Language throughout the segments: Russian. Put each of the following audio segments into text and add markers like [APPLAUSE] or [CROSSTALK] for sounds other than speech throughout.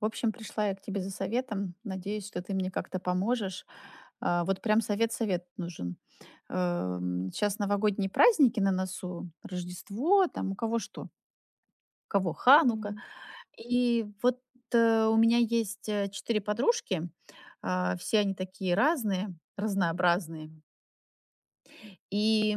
В общем, пришла я к тебе за советом. Надеюсь, что ты мне как-то поможешь. Вот прям совет-совет нужен. Сейчас новогодние праздники на носу, Рождество, там у кого что, у кого Ханука. Понимаю. И вот, у меня есть, 4 подружки, а, все они такие разные, разнообразные. И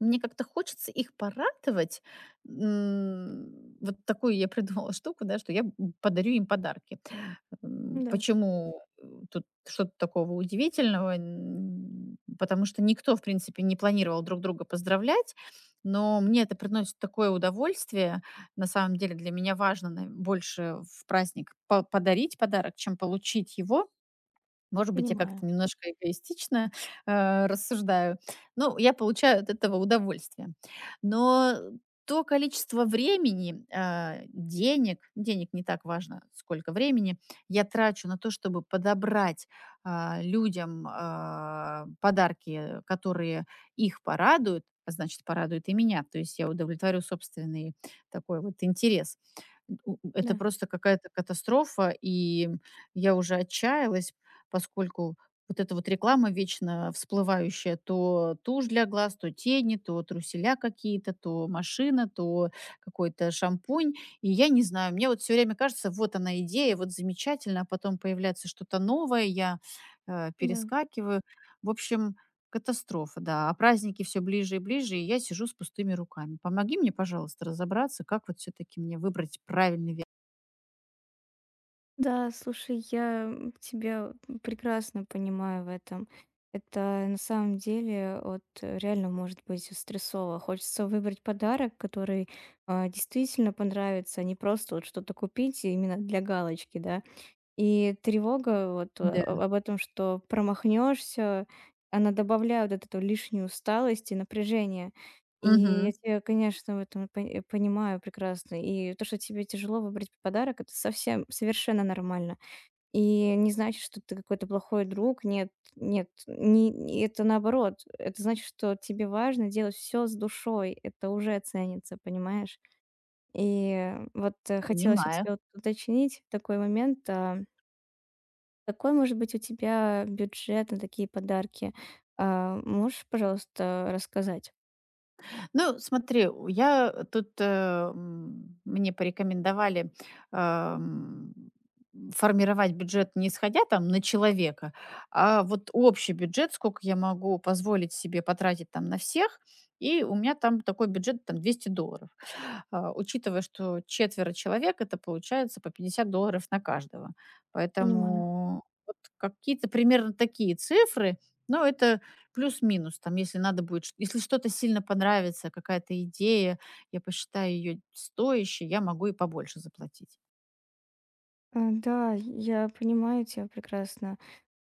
мне как-то хочется их порадовать. Вот такую я придумала штуку, да, что я подарю им подарки. Да, Почему тут что-то такого удивительного? Потому что никто, в принципе, не планировал друг друга поздравлять, но мне это приносит такое удовольствие. На самом деле для меня важно на- больше в праздник по- подарить подарок, чем получить его. Может быть, я понимаю. как-то немножко эгоистично, рассуждаю. Но я получаю от этого удовольствие. Но то количество времени, денег не так важно, сколько времени я трачу на то, чтобы подобрать, а, людям, а, подарки, которые их порадуют, а значит, порадуют и меня. То есть я удовлетворю собственный такой вот интерес. У Это Да, просто какая-то катастрофа, и я уже отчаялась. Поскольку вот эта вот реклама вечно всплывающая: то тушь для глаз, то тени, то труселя какие-то, то машина, то какой-то шампунь. И я не знаю, мне вот все время кажется: вот она идея, вот замечательно, а потом появляется что-то новое, я, да. перескакиваю. В общем, катастрофа, да. А праздники все ближе и ближе, и я сижу с пустыми руками. Помоги мне, пожалуйста, разобраться, как вот все таки мне выбрать правильный ве Да, слушай, я тебя прекрасно понимаю в этом. Это на самом деле реально может быть стрессово. Хочется выбрать подарок, который действительно понравится, а не просто вот что-то купить именно для галочки, да. И тревога вот, э, Да. о- об этом, что промахнешься, она добавляет вот эту лишнюю усталость и напряжение. И я Мгм. тебя, конечно, в этом понимаю прекрасно. И то, что тебе тяжело выбрать подарок, это совсем, совершенно нормально. И не значит, что ты какой-то плохой друг. Нет, нет, это наоборот. Это значит, что тебе важно делать все с душой. Это уже ценится, понимаешь? И вот хотелось у Понимаю. тебя вот уточнить такой момент. Какой может быть у тебя бюджет на такие подарки? Можешь, пожалуйста, рассказать? Ну, смотри, я тут, мне порекомендовали ам, формировать бюджет не исходя там на человека, а вот общий бюджет, сколько я могу позволить себе потратить там на всех, и у меня там такой бюджет там $200, а, учитывая, что четверо человек, это получается по $50 на каждого. Понимаю. Поэтому вот какие-то примерно такие цифры, но это плюс-минус, там, если надо будет, если что-то сильно понравится, какая-то идея, я посчитаю ее стоящей, я могу и побольше заплатить. Да, я понимаю тебя прекрасно,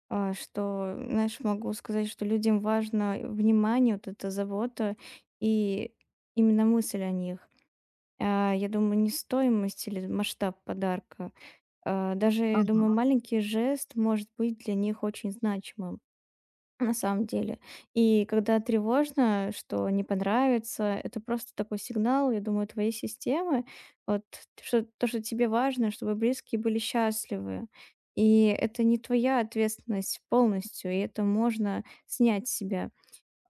что, знаешь, могу сказать, что людям важно внимание, вот эта забота и именно мысль о них. Я думаю, не стоимость или масштаб подарка. Даже, я Ага. думаю, маленький жест может быть для них очень значимым. На самом деле. И когда тревожно, что не понравится, это просто такой сигнал, я думаю, твоей системы, вот что то, что тебе важно, чтобы близкие были счастливы. И это не твоя ответственность полностью, и это можно снять с себя.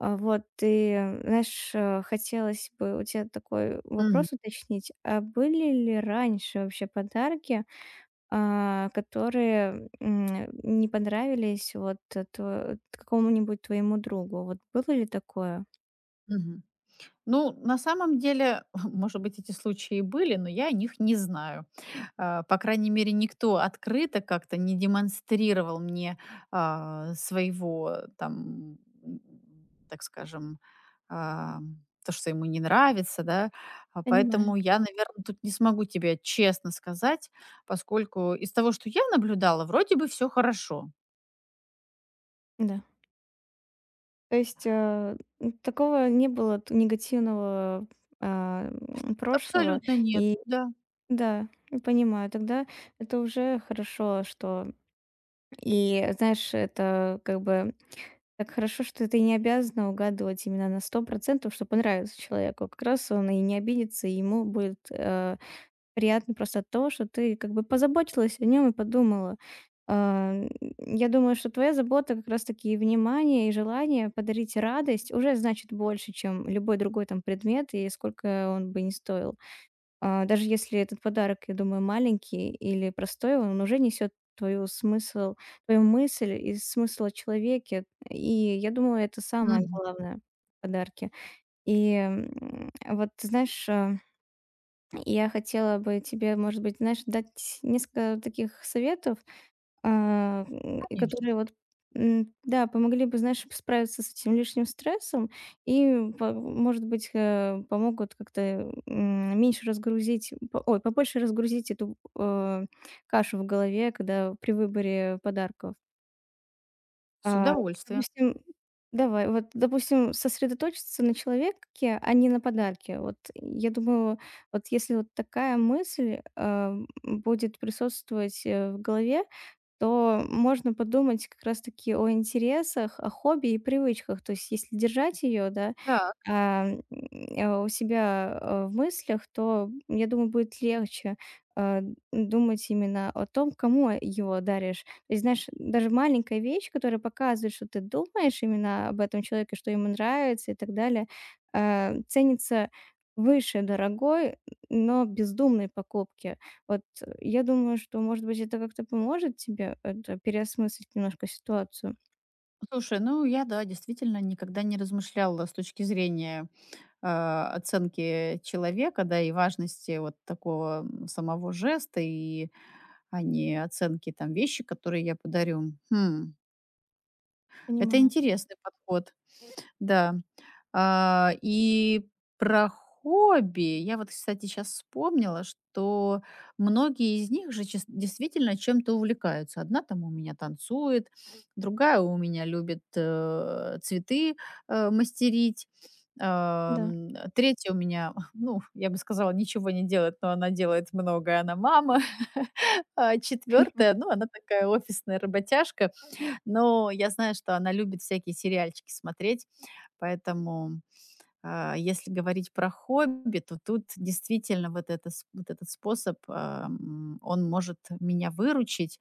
Вот и, знаешь, хотелось бы у тебя такой Мгм. вопрос уточнить. А были ли раньше вообще подарки, которые, не понравились вот, э, тво какому-нибудь твоему другу. Вот было ли такое? Мгм. Ну, на самом деле, [LAUGHS] может быть, эти случаи и были, но я о них не знаю. А, По крайней мере, никто открыто как-то не демонстрировал мне а, своего, там, м, так скажем, а, то, что ему не нравится, да. А Понимаю. Поэтому я, наверное, тут не смогу тебе честно сказать, поскольку из того, что я наблюдала, вроде бы все хорошо. Да. То есть, такого не было т негативного, прошлого. Абсолютно нет, И да. да, я понимаю, тогда это уже хорошо, что и знаешь, это как бы так хорошо, что ты не обязана угадывать именно на 100% что понравится человеку. Как раз он и не обидится, и ему будет, приятно просто то, что ты как бы позаботилась о нем и подумала. А, м, я думаю, что твоя забота как раз таки и внимание, и желание подарить радость уже значит больше, чем любой другой там предмет и сколько он бы ни стоил. Даже если этот подарок, я думаю, маленький или простой, он уже несет твою смысл, твою мысль и смысл о человеке. И я думаю, это самое Мгм. главное в подарке. И, вот ты знаешь, я хотела бы тебе, может быть, знаешь, дать несколько таких советов, Конечно, которые вот, да, помогли бы, знаешь, справиться с этим лишним стрессом и, может быть, помогут как-то меньше разгрузить, ой, побольше разгрузить эту кашу в голове, когда при выборе подарков. с А, удовольствием. Допустим, давай, вот, допустим, сосредоточиться на человеке, а не на подарке. Вот я думаю, вот если вот такая мысль, будет присутствовать, в голове, то можно подумать как раз-таки о интересах, о хобби и привычках. То есть если держать ее, да, Да, а, м, у себя, в мыслях, то, я думаю, будет легче, а, думать именно о том, кому его даришь. И знаешь, даже маленькая вещь, которая показывает, что ты думаешь именно об этом человеке, что ему нравится и так далее, ценится выше дорогой, но бездумной покупки. Вот я думаю, что, может быть, это как-то поможет тебе это переосмыслить немножко ситуацию. слушай, ну я, да, действительно никогда не размышляла с точки зрения оценки человека, да, и важности вот такого самого жеста, и а не оценки там вещи, которые я подарю. Хм, это Понимаю. интересный подход. Да. А, и про хобби. Я вот, кстати, сейчас вспомнила, что многие из них же чис действительно чем-то увлекаются. Одна там у меня танцует, другая у меня любит цветы мастерить, Да, ам, третья у меня, [LAUGHS] ну, я бы сказала, ничего не делает, но она делает многое, она мама. [LAUGHS] Четвертая, ну, она такая офисная работяжка. Но я знаю, что она любит всякие сериальчики смотреть, поэтому, а, если говорить про хобби, то тут действительно вот это с вот этот способ, он может меня выручить.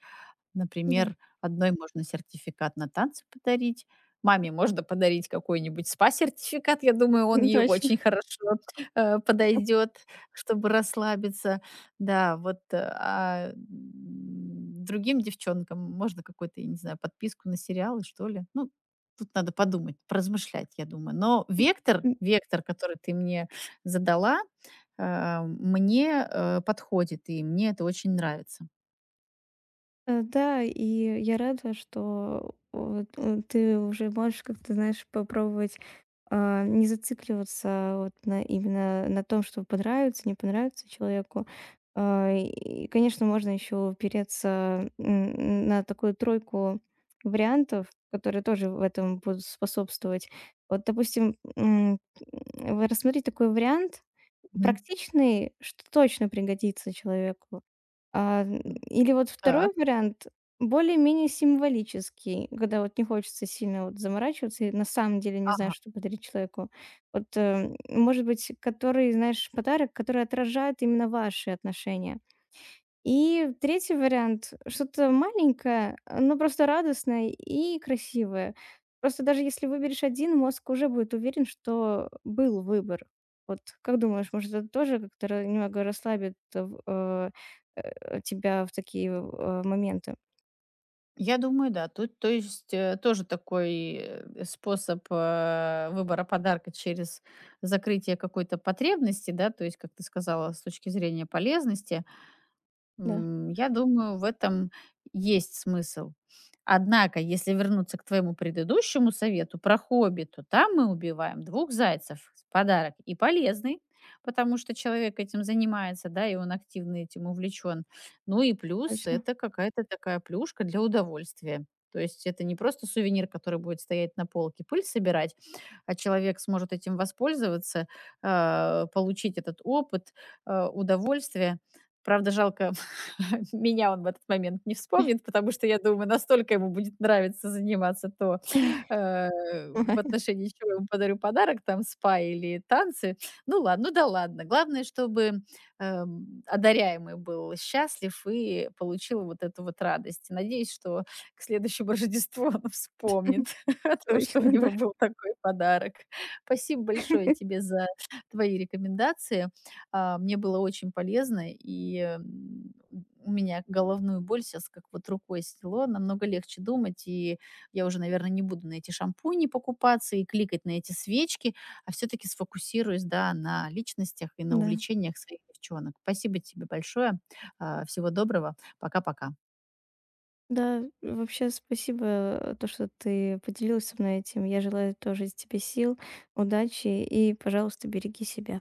да. Например, одной можно сертификат на танцы подарить, маме можно подарить какой-нибудь спа-сертификат. Я думаю, он [LAUGHS] ей Точно. очень хорошо подойдет, чтобы расслабиться. Да, вот, другим девчонкам можно какую-то, я не знаю, подписку на сериалы, что ли. Ну, тут надо подумать, поразмышлять, я думаю. Но вектор, который ты мне задала, э, мне э, подходит, и мне это очень нравится. Да, и я рада, что вот, ты уже можешь как-то, знаешь, попробовать, не зацикливаться вот на именно на том, что понравится, не понравится человеку. И, конечно, можно еще упереться, на такую тройку вариантов, которые тоже в этом будут способствовать. Вот, допустим, рассмотреть такой вариант Мгм. практичный, что точно пригодится человеку. А, М, Или вот так. второй вариант более-менее символический, когда вот не хочется сильно вот заморачиваться и на самом деле не знаю, Ага. что подарить человеку. Вот, может быть, который, знаешь, подарок, который отражает именно ваши отношения. И третий вариант — что-то маленькое, но просто радостное и красивое. Просто даже если выберешь один, мозг уже будет уверен, что был выбор. Вот как думаешь, может, это тоже как-то ра немного расслабит, тебя в такие, моменты? Я думаю, да. Тут, то есть, э, тоже такой э, способ э, выбора подарка через закрытие какой-то потребности, да, то есть, как ты сказала, с точки зрения полезности. Да, М, я думаю, в этом есть смысл. Однако, если вернуться к твоему предыдущему совету про хобби, то там мы убиваем двух зайцев. Подарок и полезный, потому что человек этим занимается, да, и он активно этим увлечен. Ну и плюс точно. это какая-то такая плюшка для удовольствия. То есть это не просто сувенир, который будет стоять на полке, пыль собирать, а человек сможет этим воспользоваться, а, получить этот опыт, а, удовольствие. Правда, жалко. [LAUGHS] Меня он в этот момент не вспомнит, потому что, я думаю, настолько ему будет нравиться заниматься то, э, в [LAUGHS] отношении чего я ему подарю подарок, там, спа или танцы. Ну ладно, ну да ладно. Главное, чтобы одаряемый был счастлив и получил вот эту вот радость. Надеюсь, что к следующему [LAUGHS] Рождеству он вспомнит [LAUGHS] о том, что у Точно, да. него был такой подарок. Спасибо большое тебе за твои рекомендации. А, мне было очень полезно, и у меня головную боль сейчас как вот рукой сняло, намного легче думать, и я уже, наверное, не буду на эти шампуни покупаться и кликать на эти свечки, а все таки сфокусируюсь, да, на личностях и на Да. увлечениях своих девчонок. Спасибо тебе большое. А, всего доброго. Пока-пока. Да, вообще спасибо, то, что ты поделилась со мной этим. Я желаю тоже тебе сил, удачи и, пожалуйста, береги себя.